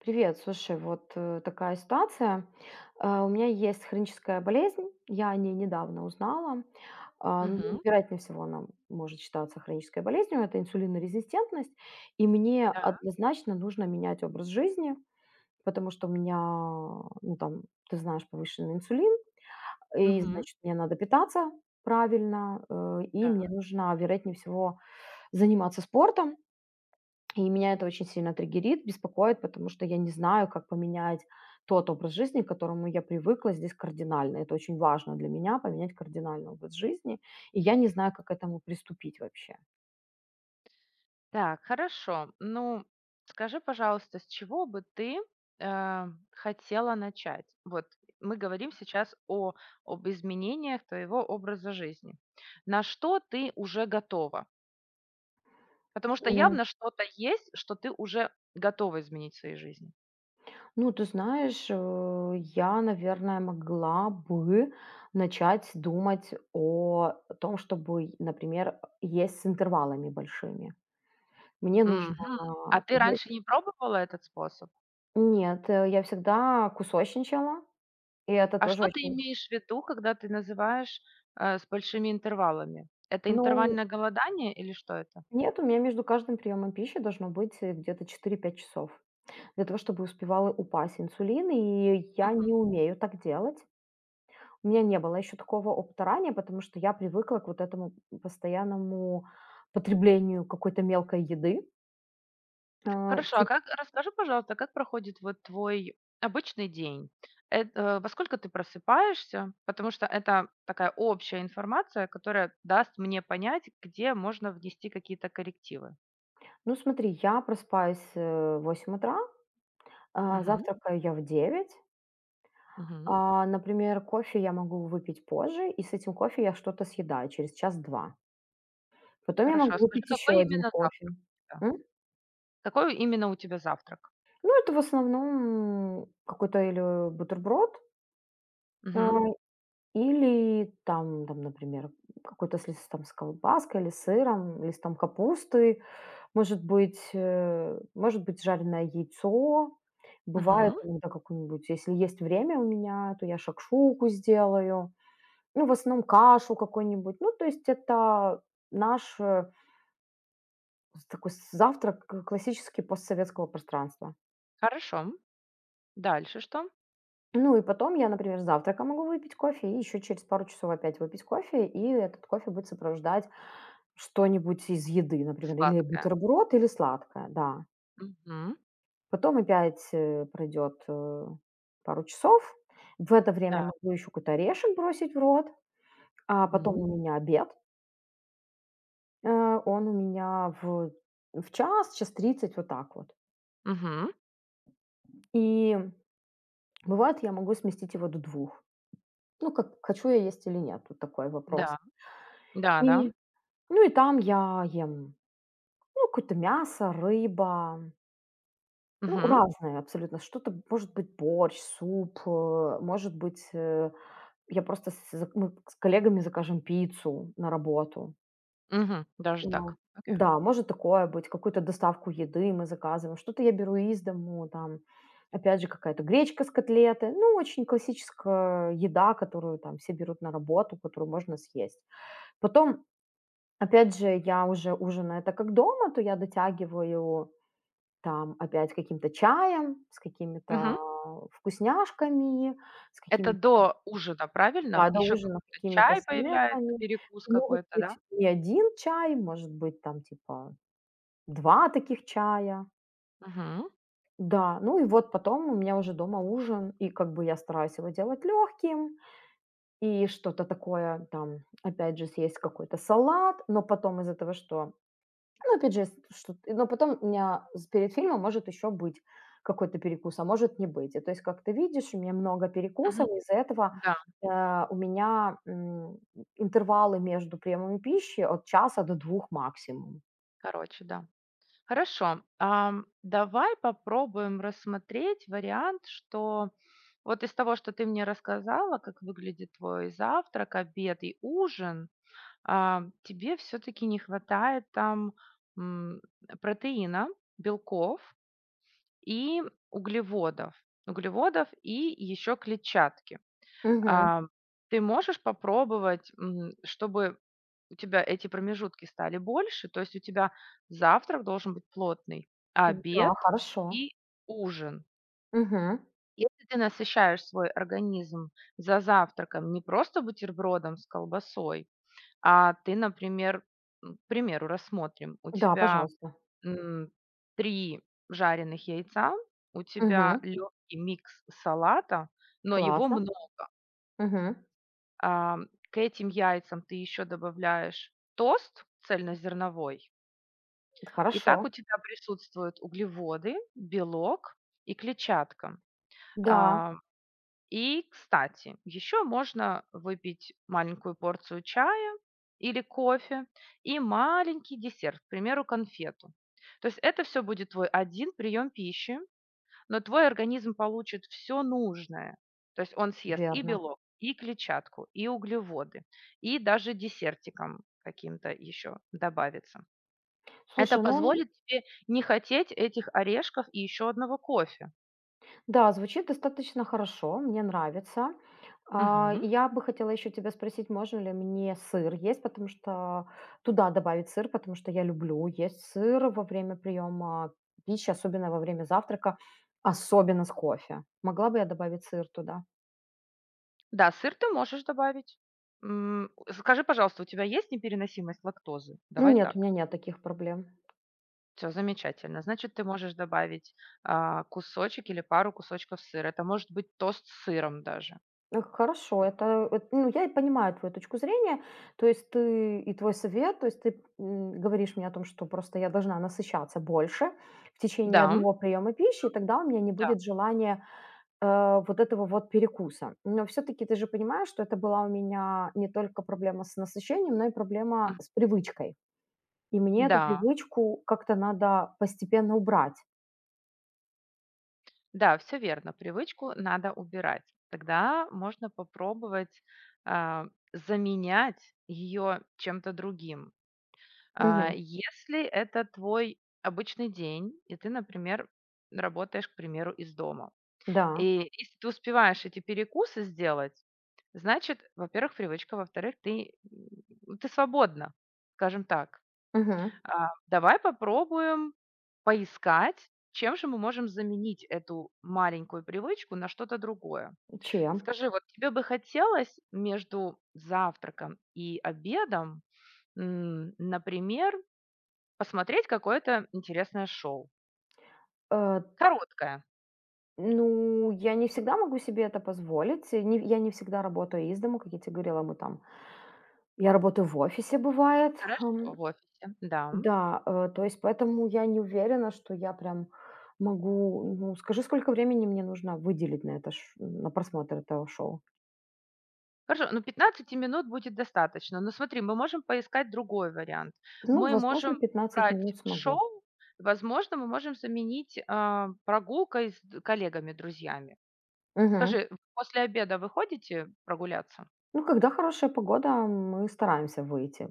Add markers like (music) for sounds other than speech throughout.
Привет, слушай, вот такая ситуация. У меня есть хроническая болезнь, я о ней недавно узнала. Ну, Мгм. вероятнее всего, она может считаться хронической болезнью. Это инсулинорезистентность. И мне Да. однозначно нужно менять образ жизни, потому что у меня, ну там, ты знаешь, повышенный инсулин, и, Мгм. значит, мне надо питаться правильно, и Да. мне нужно, вероятнее всего, заниматься спортом. И меня это очень сильно триггерит, беспокоит, потому что я не знаю, как поменять тот образ жизни, к которому я привыкла здесь кардинально. Это очень важно для меня, поменять кардинальный образ жизни. И я не знаю, как к этому приступить вообще. Так, хорошо. Ну, скажи, пожалуйста, с чего бы ты, э, хотела начать? Вот мы говорим сейчас о об изменениях твоего образа жизни. На что ты уже готова? Потому что М. явно что-то есть, что ты уже готова изменить в своей жизни. Ну, ты знаешь, я, наверное, могла бы начать думать о том, чтобы, например, есть с интервалами большими. Мне нужно Мгм. А ты есть. раньше не пробовала этот способ? Нет, я всегда кусочничала, и это А тоже что ты очень. имеешь в виду, когда ты называешь с большими интервалами? Это Ну, интервальное голодание или что это? нет, у меня между каждым приемом пищи должно быть где-то 4-5 часов для того, чтобы успевала упасть инсулин, и я не умею так делать. У меня не было еще такого опыта ранее, потому что я привыкла к вот этому постоянному потреблению какой-то мелкой еды. А, Хорошо, а тип- как расскажи, пожалуйста, как проходит вот твой обычный день? Во сколько ты просыпаешься? Потому что это такая общая информация, которая даст мне понять, где можно внести какие-то коррективы. Ну, смотри, я просыпаюсь в 8 утра, а Мгм, завтракаю я в 9, мгм. а, например, кофе я могу выпить позже, и с этим кофе я что-то съедаю через час-два. Потом я Хорошо, могу а скажи, выпить еще какой один именно кофе. завтрак у тебя? Какой именно у тебя завтрак? Ну, это в основном какой-то или бутерброд, а, Мгм, или там, например, какой-то с колбаской или сыром, листом капусты, может быть, может быть, жареное яйцо. Бывает мгм. иногда какую-нибудь, если есть время у меня, то я шакшуку сделаю. Ну, в основном кашу какой нибудь. Ну, то есть это наш такой завтрак классический постсоветского пространства. Хорошо. Дальше что? Ну и потом я, например, с завтрака могу выпить кофе и еще через пару часов опять выпить кофе, и этот кофе будет сопровождать что-нибудь из еды, например, или Сладкое. бутерброд, или сладкое, да. Мгм. Потом опять пройдет пару часов. В это время я Да. могу еще какой-то орешек бросить в рот, а потом Мгм. у меня обед. Он у меня в час, час тридцать, вот так вот. Мгм. И бывает, я могу сместить его до двух. Ну, как хочу я есть или нет, тут такой вопрос. Да. Да, да. И Ну и там я ем, ну, какое-то мясо, рыба, ну, Мгм. разное абсолютно. Что-то, может быть, борщ, суп, может быть, я просто с зак мы с коллегами закажем пиццу на работу. Мгм. Даже Ну так. Окей. да, может такое быть, какую-то доставку еды мы заказываем, что-то я беру из дому, там, опять же, какая-то гречка с котлеты. Ну, очень классическая еда, которую там все берут на работу, которую можно съесть. Потом Опять же, я уже ужинаю так, как дома, то я дотягиваю там опять каким-то чаем, с какими-то вкусняшками, с Это какими до ужина, правильно? да, до Еще ужина какой-то какими-то чай появляется, снеками. перекус Могут какой-то, да? быть не один чай, может быть, там типа 2 таких чая. Мгм. Да, ну и вот потом у меня уже дома ужин, и как бы я стараюсь его делать легким, и что-то такое там, опять же, съесть какой-то салат, но потом из-за того, что. Ну, опять же, если что. Но потом у меня з перед фильмом может еще быть какой-то перекус, а может не быть. И то есть, как ты видишь, у меня много Мгм. перекусов, из-за этого, Да, э, у меня, интервалы между приемами пищи от часа до двух максимум. короче, да. Хорошо. Ам, давай попробуем рассмотреть вариант, что вот из того, что ты мне рассказала, как выглядит твой завтрак, обед и ужин, тебе все-таки не хватает там м, протеина, белков и углеводов. Углеводов и еще клетчатки. Мгм. А, ты можешь попробовать, чтобы у тебя эти промежутки стали больше, то есть у тебя завтрак должен быть плотный, Да, обед хорошо. и ужин. Мгм. Если ты насыщаешь свой организм за завтраком не просто бутербродом с колбасой, а ты, например, к примеру, рассмотрим, у Да, тебя пожалуйста. м, три жареных яйца, у тебя Мгм. легкий микс салата, но его Классно. много. Мгм. Ам, к этим яйцам ты еще добавляешь тост цельнозерновой, и так Хорошо. у тебя присутствуют углеводы, белок и клетчатка. Да, А, и, кстати, еще можно выпить маленькую порцию чая или кофе и маленький десерт, к примеру, конфету. То есть это все будет твой один прием пищи, но твой организм получит все нужное. То есть он съест и верно. белок, и клетчатку, и углеводы, и даже десертиком каким-то еще добавится. Это Слушай, ну. позволит тебе не хотеть этих орешков и еще одного кофе. Да, звучит достаточно хорошо, мне нравится. Мгм. И я бы хотела еще тебя спросить, можно ли мне сыр есть, потому что туда добавить сыр, потому что я люблю есть сыр во время приема пищи, особенно во время завтрака, особенно с кофе. Могла бы я добавить сыр туда? Да, сыр ты можешь добавить. М, скажи, пожалуйста, у тебя есть непереносимость лактозы? (clears throat) Давай Нет, у так. меня нет таких проблем. Все замечательно. Значит, ты можешь добавить кусочек или пару кусочков сыра. Это может быть тост с сыром даже. Хорошо, это, ну, я и понимаю твою точку зрения, то есть ты и твой совет, то есть ты говоришь мне о том, что просто я должна насыщаться больше в Да, течение одного приема пищи, и тогда у меня не да. будет желания вот этого вот перекуса. Но все-таки ты же понимаешь, что это была у меня не только проблема с насыщением, но и проблема с привычкой. И мне эту Да, привычку как-то надо постепенно убрать. да, все верно. Привычку надо убирать. Тогда можно попробовать, а, заменять ее чем-то другим. Мгм. Если это твой обычный день, и ты, например, работаешь, к примеру, из дома. Да. И если ты успеваешь эти перекусы сделать, значит, во-первых, привычка, во-вторых, ты свободна, скажем так. Мгм. Давай попробуем поискать, чем же мы можем заменить эту маленькую привычку на что-то другое. Чем? Скажи, вот тебе бы хотелось между завтраком и обедом, например, посмотреть какое-то интересное шоу? Э, Короткое. Ну, я не всегда могу себе это позволить. И не я не всегда работаю из дома, как я тебе говорила, мы там я работаю в офисе, бывает. Ам, Хорошо, в офисе. Да. да, то есть поэтому я не уверена, что я прям могу. Ну, скажи, сколько времени мне нужно выделить на это ш на просмотр этого шоу? Хорошо, ну пятнадцати минут будет достаточно. Но смотри, мы можем поискать другой вариант. Ну, Мы можем возможно, пятнадцать брать минут смогу. шоу, возможно, мы можем заменить прогулкой с коллегами, друзьями. Мгм. Скажи, вы после обеда вы ходите прогуляться? Ну, когда хорошая погода, мы стараемся выйти.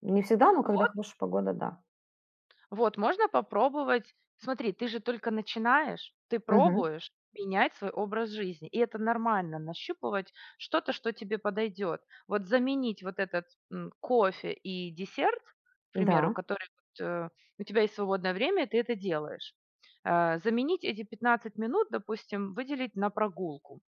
Не всегда, но когда Вот хорошая погода, да. Вот, можно попробовать. Смотри, ты же только начинаешь, ты Мгм. пробуешь менять свой образ жизни. И это нормально, нащупывать что-то, что тебе подойдет. Вот заменить вот этот кофе и десерт, к Да, примеру, вот, э, у тебя есть свободное время, и ты это делаешь. Э, заменить эти 15 минут, допустим, выделить на прогулку.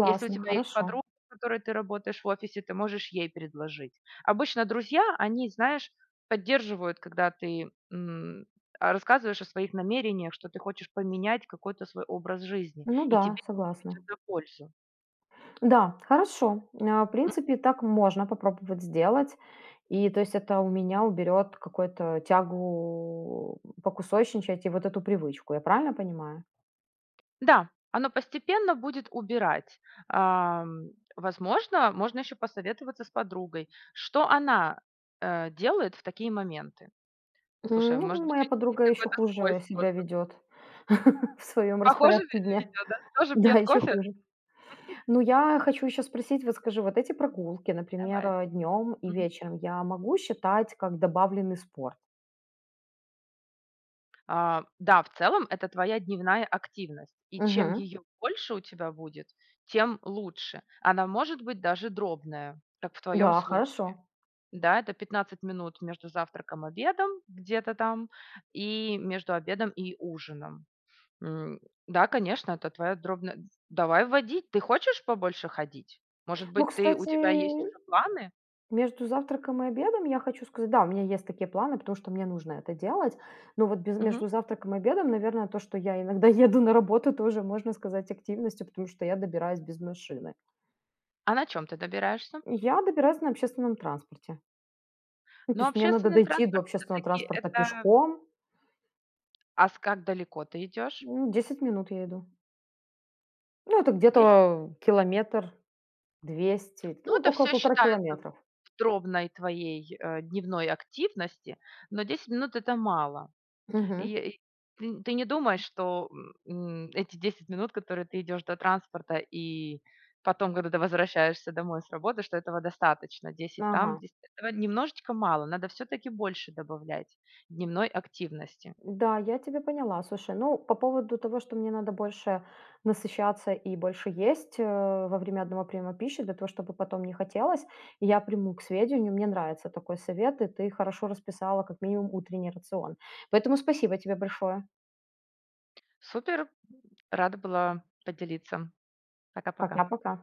Если у тебя есть хорошо. подруга, с которой ты работаешь в офисе, ты можешь ей предложить. Обычно друзья, они, знаешь, поддерживают, когда рассказываешь о своих намерениях, что ты хочешь поменять какой-то свой образ жизни, Ну и да, тебе согласна. идет на пользу. Да, хорошо. В принципе, так можно попробовать сделать. И то есть это у меня уберет какую-то тягу покусочничать и вот эту привычку. Я правильно понимаю? Да, оно постепенно будет убирать. Ам, возможно, можно еще посоветоваться с подругой, что она делает в такие моменты. Слушай, М, может Ну, быть, у моя них есть подруга какое еще хуже то свой. себя ведет (laughs) в своем Похоже ви распорядке дня. (laughs) Да? Тоже Да, пьет еще кофе? хуже. Ну, я хочу еще спросить, вот скажи, вот эти прогулки, Давай. например, днем и Мгм. вечером, я могу считать как добавленный спорт? А, да, в целом это твоя дневная активность, и чем Мгм. ее больше у тебя будет, тем лучше. Она может быть даже дробная, как в твоем Да, случае. хорошо. Да, это 15 минут между завтраком и обедом где-то там, и между обедом и ужином. М, да, конечно, это твоя дробная... Давай вводить. Ты хочешь побольше ходить? Может Ну, быть, у тебя есть кстати, уже планы? между завтраком и обедом я хочу сказать, да, у меня есть такие планы, потому что мне нужно это делать. Но вот без, Мгм. между завтраком и обедом, наверное, то, что я иногда (laughs) еду на работу, тоже можно сказать активностью, потому что я добираюсь без машины. А на чем ты добираешься? Я добираюсь на общественном транспорте. Ну, то Но есть мне надо общественный дойти до транспорт общественного все-таки транспорта это... пешком. А с Как далеко ты идешь? 10 минут я иду. Ну, это Здесь, где-то километр, 200, ну, ну, это около все полтора считается в километров. дробной твоей дневной активности, но 10 минут — это мало. И Мгм. и ты не думаешь, что, м, эти 10 минут, которые ты идешь до транспорта и потом, когда ты возвращаешься домой с работы, что этого достаточно. 10 там, Ага. 10 — этого немножечко мало, надо все таки больше добавлять дневной активности. Да, я тебя поняла. Слушай, ну, по поводу того, что мне надо больше насыщаться и больше есть во время одного приема пищи, для того, чтобы потом не хотелось, я приму к сведению, мне нравится такой совет, и ты хорошо расписала как минимум утренний рацион. Поэтому спасибо тебе большое. Супер, рада была поделиться. Пока-пока. Пока-пока.